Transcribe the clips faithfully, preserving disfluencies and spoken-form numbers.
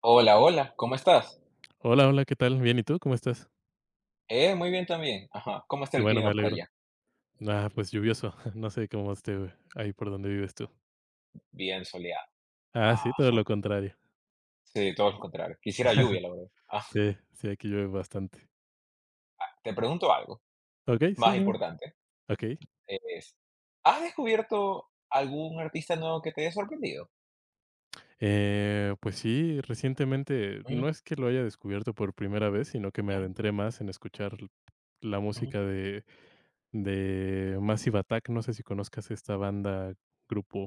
Hola, hola, ¿cómo estás? Hola, hola, ¿qué tal? Bien, ¿y tú? ¿Cómo estás? Eh, muy bien también. Ajá. ¿Cómo está Qué el bueno, me clima por alegro. allá? Ah, pues lluvioso. No sé cómo esté ahí por donde vives tú. Bien soleado. Ah, sí, todo Ah, lo contrario. sí, todo lo contrario. Quisiera lluvia, la verdad. Ah, Sí, sí, aquí llueve bastante. Te pregunto algo Okey, sí, más dime. importante. Okey. Es, ¿Has descubierto algún artista nuevo que te haya sorprendido? Eh, pues sí, recientemente Mm, no es que lo haya descubierto por primera vez, sino que me ya. adentré más en escuchar l- la Ujú, música de de Massive Attack. No sé si conozcas esta banda,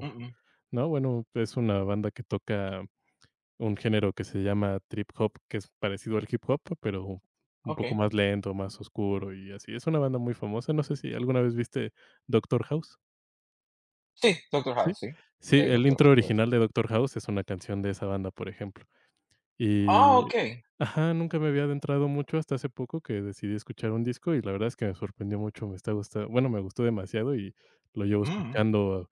mm, mm, ¿no? Bueno, es una banda que toca un género que se llama trip hop, que es parecido al hip hop, pero un poco okey. más lento, más oscuro y así. Es una banda muy famosa, no sé si alguna vez viste Doctor House, Sí, Doctor ¿sí? House, sí. Sí, El el Doctor intro House. original de Doctor House es una canción de esa banda, por ejemplo. Ah, Y okey. ajá, nunca me había adentrado mucho hasta hace poco que decidí escuchar un disco y la verdad es que me sorprendió mucho, me está gusta bueno, me gustó demasiado y lo llevo Mm, escuchando,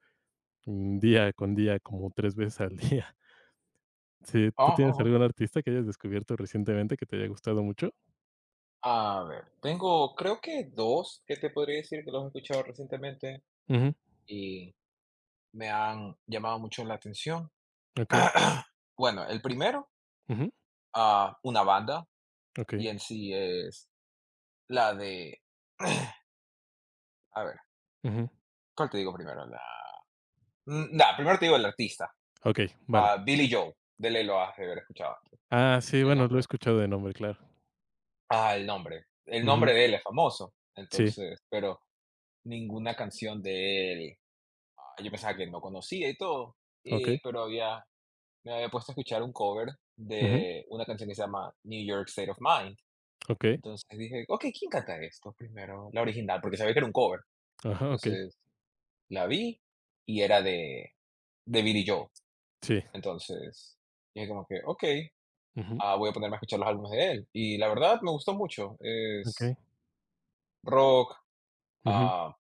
mm, día con día como tres veces al día. Sí, ah, ¿tú tienes ah, ah. algún artista que hayas descubierto recientemente que te haya gustado mucho? A ver, tengo, creo que, dos que te podría decir que los he escuchado recientemente Ujú. y me han llamado mucho la atención. Okey. Bueno, el primero, Ujú. ah, una banda, y Okey. en sí es la de. A ver, Ujú. ¿cuál te digo primero? La mm, nah, primero te digo el artista, Okey. Ah, vale. Billy Joel, de ley lo has de haber escuchado, Ah, sí, el bueno, lo he nombre. escuchado de nombre, claro. Ah, el nombre. El nombre Ujú. de él es famoso, Sí. entonces, pero ninguna canción de él, ah, yo pensaba que no conocía y todo, eh, Okey. pero había me había puesto a escuchar un cover Ujú. de una canción que se llama New York State of Mind. Okey. Entonces dije: "Okey, ¿quién canta esto?". Primero, la original, porque sabía que era un cover. Ajá. Okey. Entonces, la vi y era de de Billy Joel. Sí. Entonces, dije como que: "Okey, Ujú. ah, voy a ponerme a escuchar los álbumes de él". Y la verdad me gustó mucho. Es Okey. rock, Ujú. ah,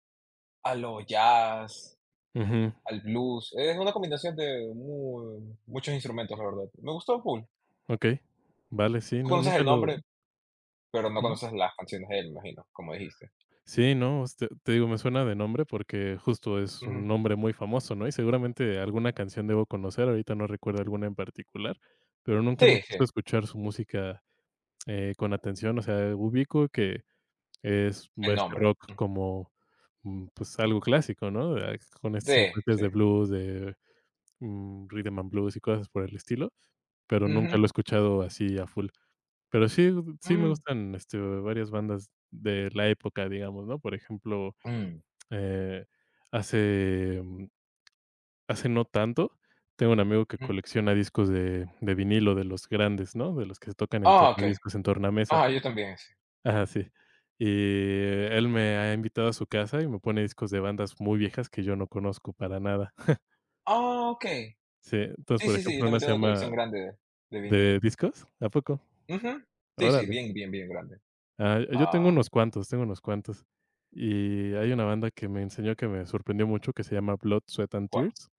a lo jazz, Ujú. al blues. Es una combinación de mu muchos instrumentos, la verdad. Me gustó full. Okey. Vale. Sí. Tú No, conoces nunca el lo... nombre, pero no Ujú. conoces las canciones de él, me imagino, como dijiste. Sí, no, este, te digo, me suena de nombre porque justo es Ujú. un nombre muy famoso, ¿no? Y seguramente alguna canción debo conocer, ahorita no recuerdo alguna en particular, pero nunca me he Sí, sí, puesto a escuchar su música Eh, con atención, o sea, ubico que es el este nombre. rock Mm. como, mm, pues, algo clásico, ¿no? Ah, con estas Sí, influencias sí. de blues, de, mm, rhythm and blues y cosas por el estilo, pero nunca Ujú. lo he escuchado así a full. Pero sí, sí me Mm. gustan, este, varias bandas de la época, digamos, ¿no? Por ejemplo, Mm, eh, hace, mm, hace no tanto, tengo un amigo que mm. colecciona discos de de vinilo de los grandes, ¿no? De los que se tocan en Ah, okey. discos en tornamesa. Ah, yo también, sí. Ajá, sí. Y él me ha invitado a su casa y me pone discos de bandas muy viejas que yo no conozco para nada. Ah, okey. Sí, entonces, Sí, por sí, sí, yo ejemplo, una también se tengo una colección llama... grande de de ¿De vinil. discos? ¿A poco? Ujú. Sí, sí, Órale. bien, bien, bien grande. Ah, yo Ah, tengo unos cuantos, tengo unos cuantos. Y hay una banda que me enseñó que me sorprendió mucho que se llama Blood, Sweat and ¿cuál? Tears,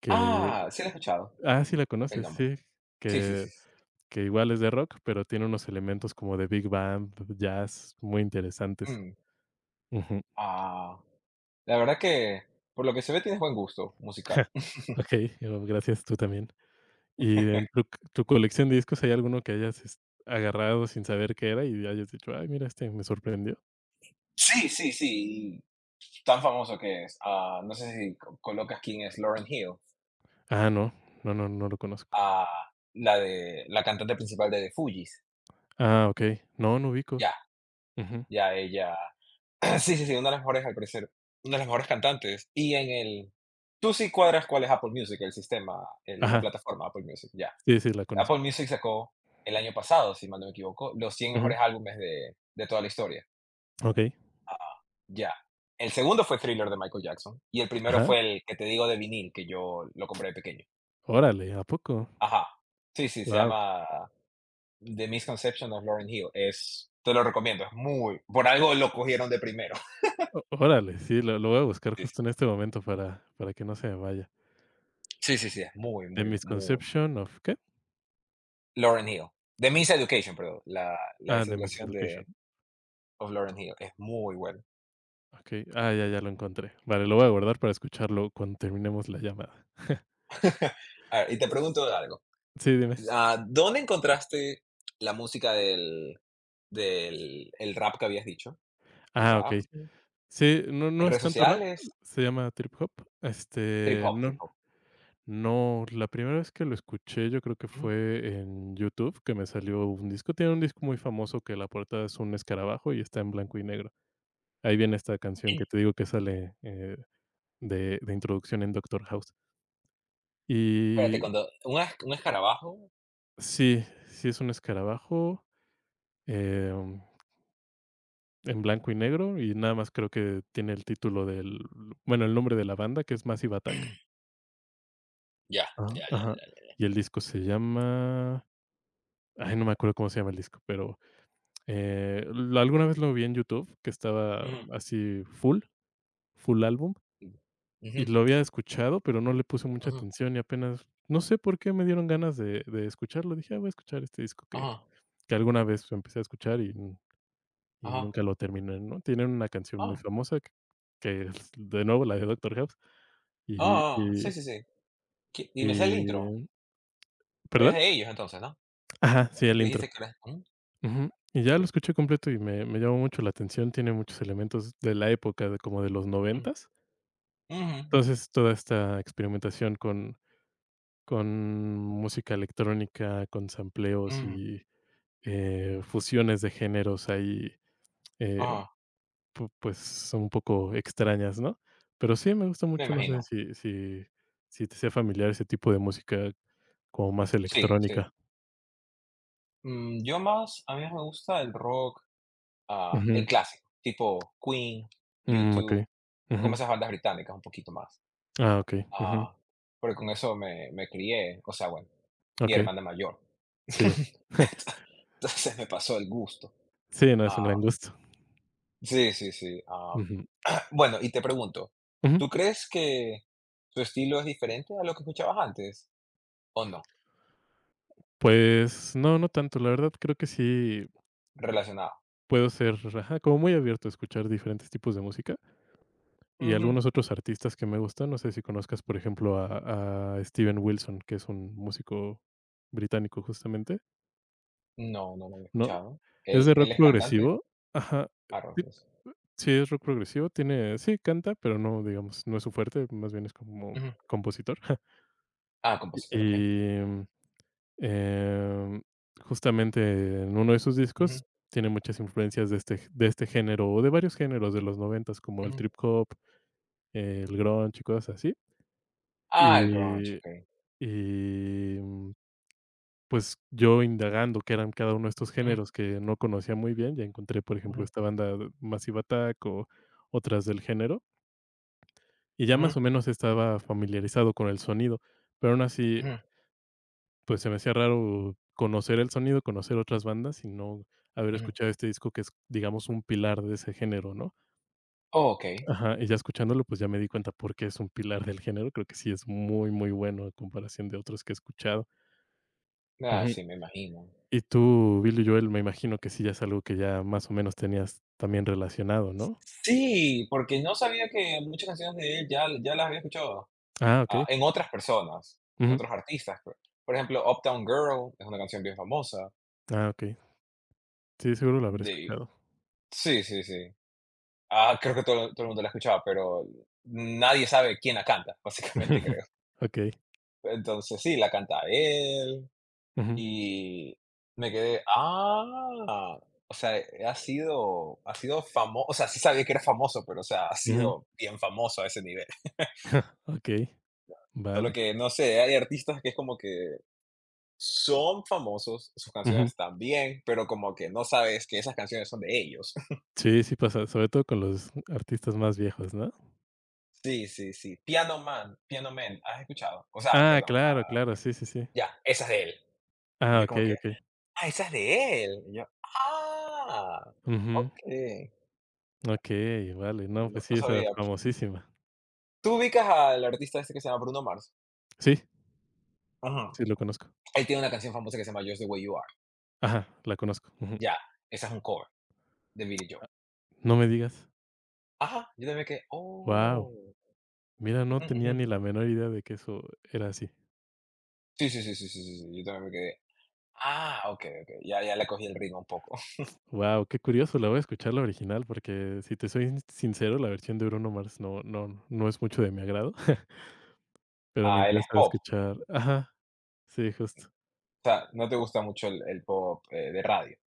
que Ah, sí la he escuchado, ah, sí la el conoces, nombre. sí, Sí, sí, que sí, sí. que igual es de rock, pero tiene unos elementos como de big band, jazz, muy interesantes. Mm. Ujú. Ah, la verdad que, por lo que se ve, tienes buen gusto musical. Okey, gracias, tú también. Y en tu tu colección de discos, ¿hay alguno que hayas es agarrado sin saber qué era y hayas dicho: "Ay, mira, este me sorprendió"? Sí, sí, sí, y tan famoso que es. Ah, no sé si co colocas quién es Lauren Hill. Ah, no, no, no, no lo conozco. Ah, la de la cantante principal de The Fugees. Ah, okey. No, no ubico. Ya, Ujú. ya ella. Sí, sí, sí, una de las mejores, al parecer, una de las mejores cantantes. Y en el tú sí cuadras cuál es Apple Music, el sistema, el la Ajá. plataforma Apple Music, ya. Sí, sí, la Apple conozco. Music sacó el año pasado, si mal no me equivoco, los cien Ujú. mejores álbumes de de toda la historia. Okey. Ah. Ya. El segundo fue Thriller de Michael Jackson, y el primero Ajá. fue el que te digo de vinil, que yo lo compré de pequeño. Órale, ¿a poco? Ajá. Sí, sí, se Wow. llama The Misconception of Lauryn Hill. Es Te lo recomiendo, es muy, por algo lo cogieron de primero. Órale, sí, lo lo voy a buscar justo en este momento para para que no se me vaya. Sí, sí, sí, sí, es muy, The muy, muy. Misconception of ¿qué? Lauryn Hill. The Miseducation, perdón. La la Ah, The Deseducación Miseducation. de of Lauryn Hill. Es muy buena. Okey. Ah, ya, ya lo encontré. Vale, lo voy a guardar para escucharlo cuando terminemos la llamada. A ver, y te pregunto algo. Sí, dime. Ah, ¿dónde encontraste la música del del el rap que habías dicho? ¿El Ah, rap? okey. Sí. Sí, no, ¿En no es redes tanto rap, sociales? se llama trip hop. Trip Este, hop, trip no, hop. no, la primera vez que lo escuché, yo creo que Ujú. fue en YouTube, que me salió un disco. Tiene un disco muy famoso que la portada es un escarabajo y está en blanco y negro. Ahí viene esta canción En- que te digo que sale, eh, de de introducción en Doctor House. Espérate, Y cuando un es un escarabajo? sí, sí es un escarabajo, em, en blanco y negro, y nada más creo que tiene el título del bueno, el nombre de la banda, que es Massive Attack. Ya, Ah, ya, ya, ajá. ya, ya. Y el disco se llama... ay, no me acuerdo cómo se llama el disco, pero, eh, l alguna vez lo vi en YouTube, que estaba Ujú. así full, full álbum, y Ujú, lo había escuchado, pero no le puse mucha ujú. atención, y apenas, no sé por qué me dieron ganas de de escucharlo. Dije: "Ah, voy a escuchar este disco", que Ajá, que alguna vez empecé a escuchar y n- y ajá. nunca lo terminé, ¿no? Tienen una canción muy Ah, famosa que que es, de nuevo, la de Doctor House, y ah, ah. Sí, y sí, sí. Que y me sé el intro. y Es ¿Perdón? de ellos entonces, ¿no? Ajá, sí, el intro. Dijiste que era, ujú, Ujú. Y ya que. lo escuché completo y me me llamó mucho la atención, tiene muchos elementos de la época, de como de los noventas. Ujú, Entonces, toda esta experimentación con con música electrónica, con sampleos ujú. y, eh, fusiones de géneros ahí, eh, Ah, pu pues, son un poco extrañas, ¿no? Pero sí, me gusta me mucho, no sé imagino. si si si te sea familiar ese tipo de música como más Sí, sí. electrónica. Mm, yo más, a mí más me gusta el rock, ah, el Ujú. clásico, tipo Queen, Mm, okey. U dos, o como Ujú. esas bandas británicas un poquito más. Ah, okey. Ujú. Ah, porque con eso me, me crié, o sea, bueno, mi Okey, hermana mayor. sí. Entonces me pasó el gusto. Sí, no, es un Ah, gran gusto. sí, sí, sí. ah. Ujú, Bueno, y te pregunto, ujú. ¿tú crees que tu estilo es diferente a lo que escuchabas antes o no? Pues no, no tanto, la verdad creo que sí Relacionado. puedo ser, ajá, como muy abierto a escuchar diferentes tipos de música y algunos otros artistas que me gustan. No sé si conozcas, por ejemplo, a a Steven Wilson, que es un músico británico justamente, No, no lo había ¿no? escuchado. Es ¿Él de él rock es cantante? progresivo. Ajá. Ah, Sí, Rodríguez. sí, es rock progresivo, tiene sí, canta, pero no, digamos, no es su fuerte, más bien es como Ujú. compositor. Ah, compositor, ¿ok? y Em, justamente en uno de sus Ujú, discos tiene muchas influencias de este de este género, o de varios géneros de los noventas, como el ujú. trip hop, el grunge y cosas así. Ah, el grunge, Y ¿ok? y, mm, pues, yo indagando qué eran cada uno de estos Ujú, géneros que no conocía muy bien, ya encontré, por ejemplo, ujú, esta banda de Massive Attack o otras del género, y ya ujú, más o menos estaba familiarizado con el sonido, pero aún así... ujú, Pues se me hacía raro conocer el sonido, conocer otras bandas y no haber ujú. escuchado este disco que es, digamos, un pilar de ese género, ¿no? Okey. Ajá, y ya escuchándolo, pues ya me di cuenta por qué es un pilar del género. Creo que sí es muy, muy bueno en comparación de otros que he escuchado. Ah, Ujú. sí, me imagino. Y tú, Billy Joel, me imagino que sí ya es algo que ya más o menos tenías también relacionado, ¿no? Sí, porque no sabía que muchas canciones de él ya ya las había escuchado, Ah, ah, okey. en otras personas, en Ujú. otros artistas. Por por ejemplo, Uptown Girl es una canción bien famosa Ah, okey. Sí, seguro lo habré de. escuchado. Sí, sí, sí. Ah, creo que todo todo el mundo la escuchaba, pero nadie sabe quién la canta, básicamente, creo. Okey. Entonces sí, la canta él Ujú. y me quedé, ah, o sea, eh, ha sido ha sido famoso, o sea, sí sabía que era famoso, pero, o sea, ha Ujú. sido bien famoso a ese nivel. Okey, Solo vale. que, no sé, hay artistas que es como que son famosos, sus canciones Ujú. están bien, pero como que no sabes que esas canciones son de ellos. Sí, sí pasa, sobre todo con los artistas más viejos, ¿no? Sí, sí, sí. Piano Man, Piano Man, ¿has escuchado? O sea, Ah, perdón, claro, ah, claro, sí, sí, sí. ya, esa es de él. Y Ah, yo como okey, que, okey. ah, esa es de él. Y yo, ah, Ujú. okey. Okey, vale. No, No, pues no sí, esa sabía. famosísima. ¿Tú ubicas al artista este que se llama Bruno Mars? Sí, Ajá. sí lo conozco. Él tiene una canción famosa que se llama Just the Way You Are. Ajá, la conozco. Ujú. Ya, esa es un cover de Billy Joel. No me digas. Ajá, yo también me quedé, Wow. oh. Mira, no Ujú, tenía ujú. ni la menor idea de que eso era así. Sí, sí, sí, sí, sí, sí, sí, yo también me quedé. Ah, okey, okey, ya ya le cogí el ritmo un poco. Wow, qué curioso, la voy a escuchar la original, porque si te soy sincero, la versión de Bruno Mars no, no, no es mucho de mi agrado, pero me Ah, él es interesa pop, o escuchar ajá, sí, justo. sea, no te gusta mucho el el pop, eh, de radio.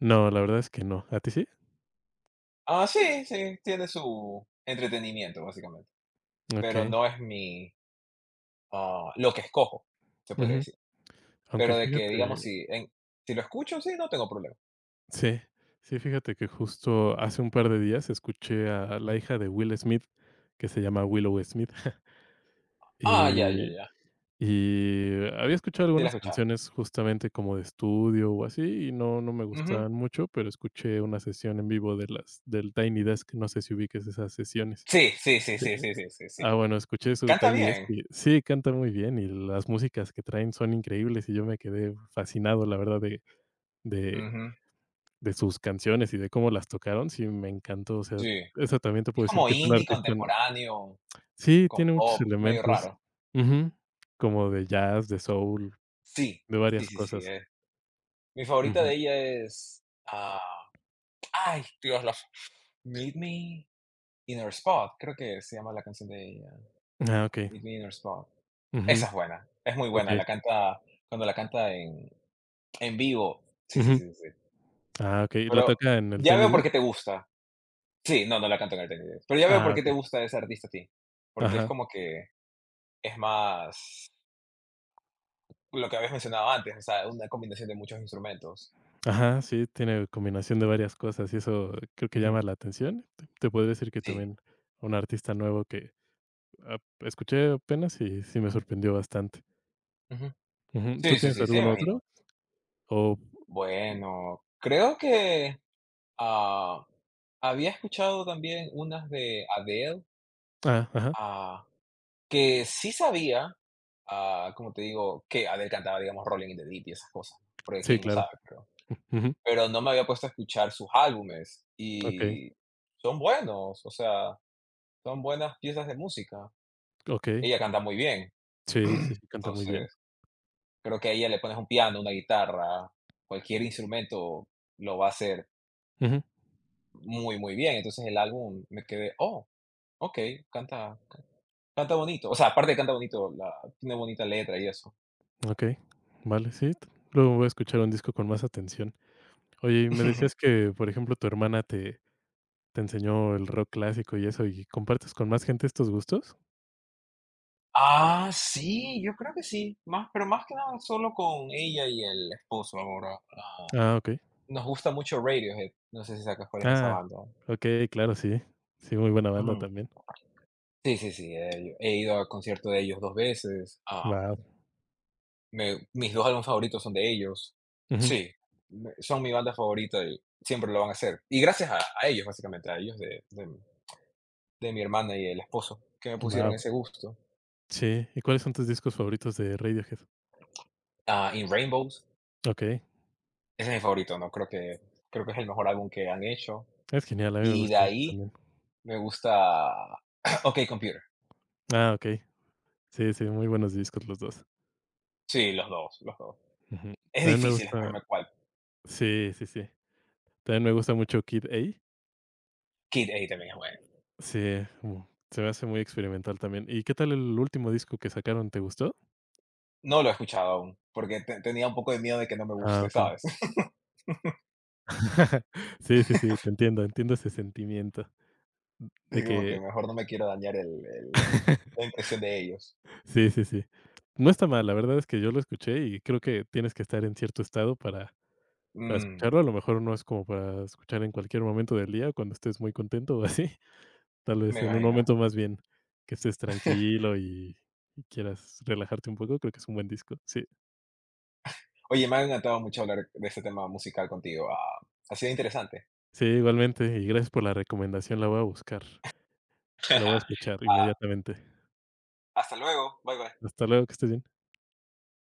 No, la verdad es que no, ¿a ti sí? Ah, sí, sí, tiene su entretenimiento, básicamente, pero Okey. no es mi, ah, lo que escojo, se podría Ujú. decir. Aunque Pero de que, digamos, fíjate si en si lo escucho, sí, no tengo problema. sí, sí, fíjate que justo hace un par de días escuché a la Mm. hija de Will Smith, que se llama Willow Smith, Ah, ya, ya, y ya. y había escuchado Sí la he algunas escuchado. canciones justamente como de estudio o así, y no no me Ujú. gustaban mucho, pero escuché una sesión en vivo de las del Tiny Desk, no sé si ubiques esas sesiones, Sí, sí, sí, ¿sí? sí, sí, sí, sí, sí. Ah, bueno, escuché su Canta Tiny Desk bien. y sí, canta muy bien, y las músicas que traen son increíbles, y yo me quedé fascinado, la verdad, de de Ujú, De sus canciones y de cómo las tocaron, sí me encantó, o sea, sí. esa también te Es puedo decir como que es una indie artista no contemporáneo, sí, con tiene muchos pop, medio elementos. raro. Ujú. Como de jazz, de soul, Sí, de sí, varias sí, sí, cosas. eh. Mi favorita Ujú. de ella es, ah, ay, Dios, la Meet Me in Her Spot, creo que se llama la canción de ella, Ah, okey. Meet Me in Her Spot. Ujú. Esa es buena, es muy buena, Okey. la canta cuando la canta en en vivo. Sí, sí, Ujú. sí, sí, sí. Ah, okey, ¿la Pero toca en el ya Tiny veo por Desk? qué te gusta. Sí, no, no la canto en el Tiny Desk. Pero ya veo por Ah, qué te okey. gusta ese artista a ti, porque es Ajá. como que es más lo que habías mencionado antes, o sea, una combinación de muchos instrumentos. Ajá, sí, tiene combinación de varias cosas y eso creo que Ujú, llama la atención. Te te podría decir que sí. también un artista nuevo que ap escuché apenas y sí me Ujú, sorprendió bastante. ujú. Ujú, ¿tú Sí, sí, tienes sí, sí, me algún otro? imagino. O Bueno, creo que, ah, había escuchado también unas de Adele, Ah, ajá. ah, que sí sabía, ah, como te digo, que Adele cantaba, digamos, Rolling in the Deep y esas cosas, porque Sí, quién no sabe, claro. creo. Ujú. Pero no me había puesto a escuchar sus álbumes Okey, y son buenos, o sea, son buenas piezas de música. okey. Ella canta muy bien, Sí, sí, sí, canta muy bien. entonces creo que a ella le pones un piano, una guitarra, cualquier instrumento lo va a hacer Ujú. muy, muy bien. Entonces el álbum me quedé, oh, ok, canta, canta bonito. O sea, aparte de canta bonito, la, tiene bonita letra y eso. Okey. Vale, sí. t- Luego voy a escuchar un disco con más atención. Oye, y me decías que, por ejemplo, tu hermana te te enseñó el rock clásico y eso, ¿y compartes con más gente estos gustos? Ah, sí, yo creo que sí, más, pero más que nada solo con ella y el esposo ahora. Ah, okey. Nos gusta mucho Radiohead, no sé si sacas cuál es esa Ah, banda. okey, claro, sí. Sí, muy buena banda Ujú. también. Sí, sí, sí, eh, yo he ido al concierto de ellos dos veces, ah, Wow. me mis dos álbumes favoritos son de ellos. Wow. Sí, me son mi banda favorita y siempre lo van a ser. Y gracias a a ellos, básicamente, a ellos, de de de mi hermana y el esposo, que me pusieron ese gusto. Sí, ¿y cuáles son tus discos favoritos de Radiohead? Ah, In Rainbows, Okey. ese es mi favorito, ¿no? Creo que creo que es el mejor álbum que han hecho. Es genial, a mí me Y de gusta mucho ahí también. me gusta OK Computer. Ah, okey. Sí, sí, muy buenos discos los dos. Sí, los dos los dos Ujú. Es También me difícil gusta. escogerme cuál. Sí, sí, sí. También me gusta mucho Kid A. Kid A también es bueno. Sí, mm, se me hace muy experimental también. ¿Y qué tal el último disco que sacaron? ¿Te gustó? No lo he escuchado aún, porque te tenía un poco de miedo de que no me Ah, guste, okey. ¿sabes? Sí, sí, sí, te entiendo, entiendo ese sentimiento de Dije como que que mejor no me quiero dañar el el la impresión de ellos. sí, sí, sí. No está mal, la verdad es que yo lo escuché y creo que tienes que estar en cierto estado para para Mm, escucharlo. A lo mejor no es como para escuchar en cualquier momento del día, cuando estés muy contento o así. Tal vez me en un imagino. momento más bien, que estés tranquilo y y quieras relajarte un poco, creo que es un buen disco. Sí, Oye, me ha encantado mucho hablar de este tema musical contigo, ah, ha sido interesante. sí, igualmente, y gracias por la recomendación, la voy a buscar, la voy a escuchar Ah, inmediatamente. hasta luego, bye, bye. Hasta luego, que estés bien.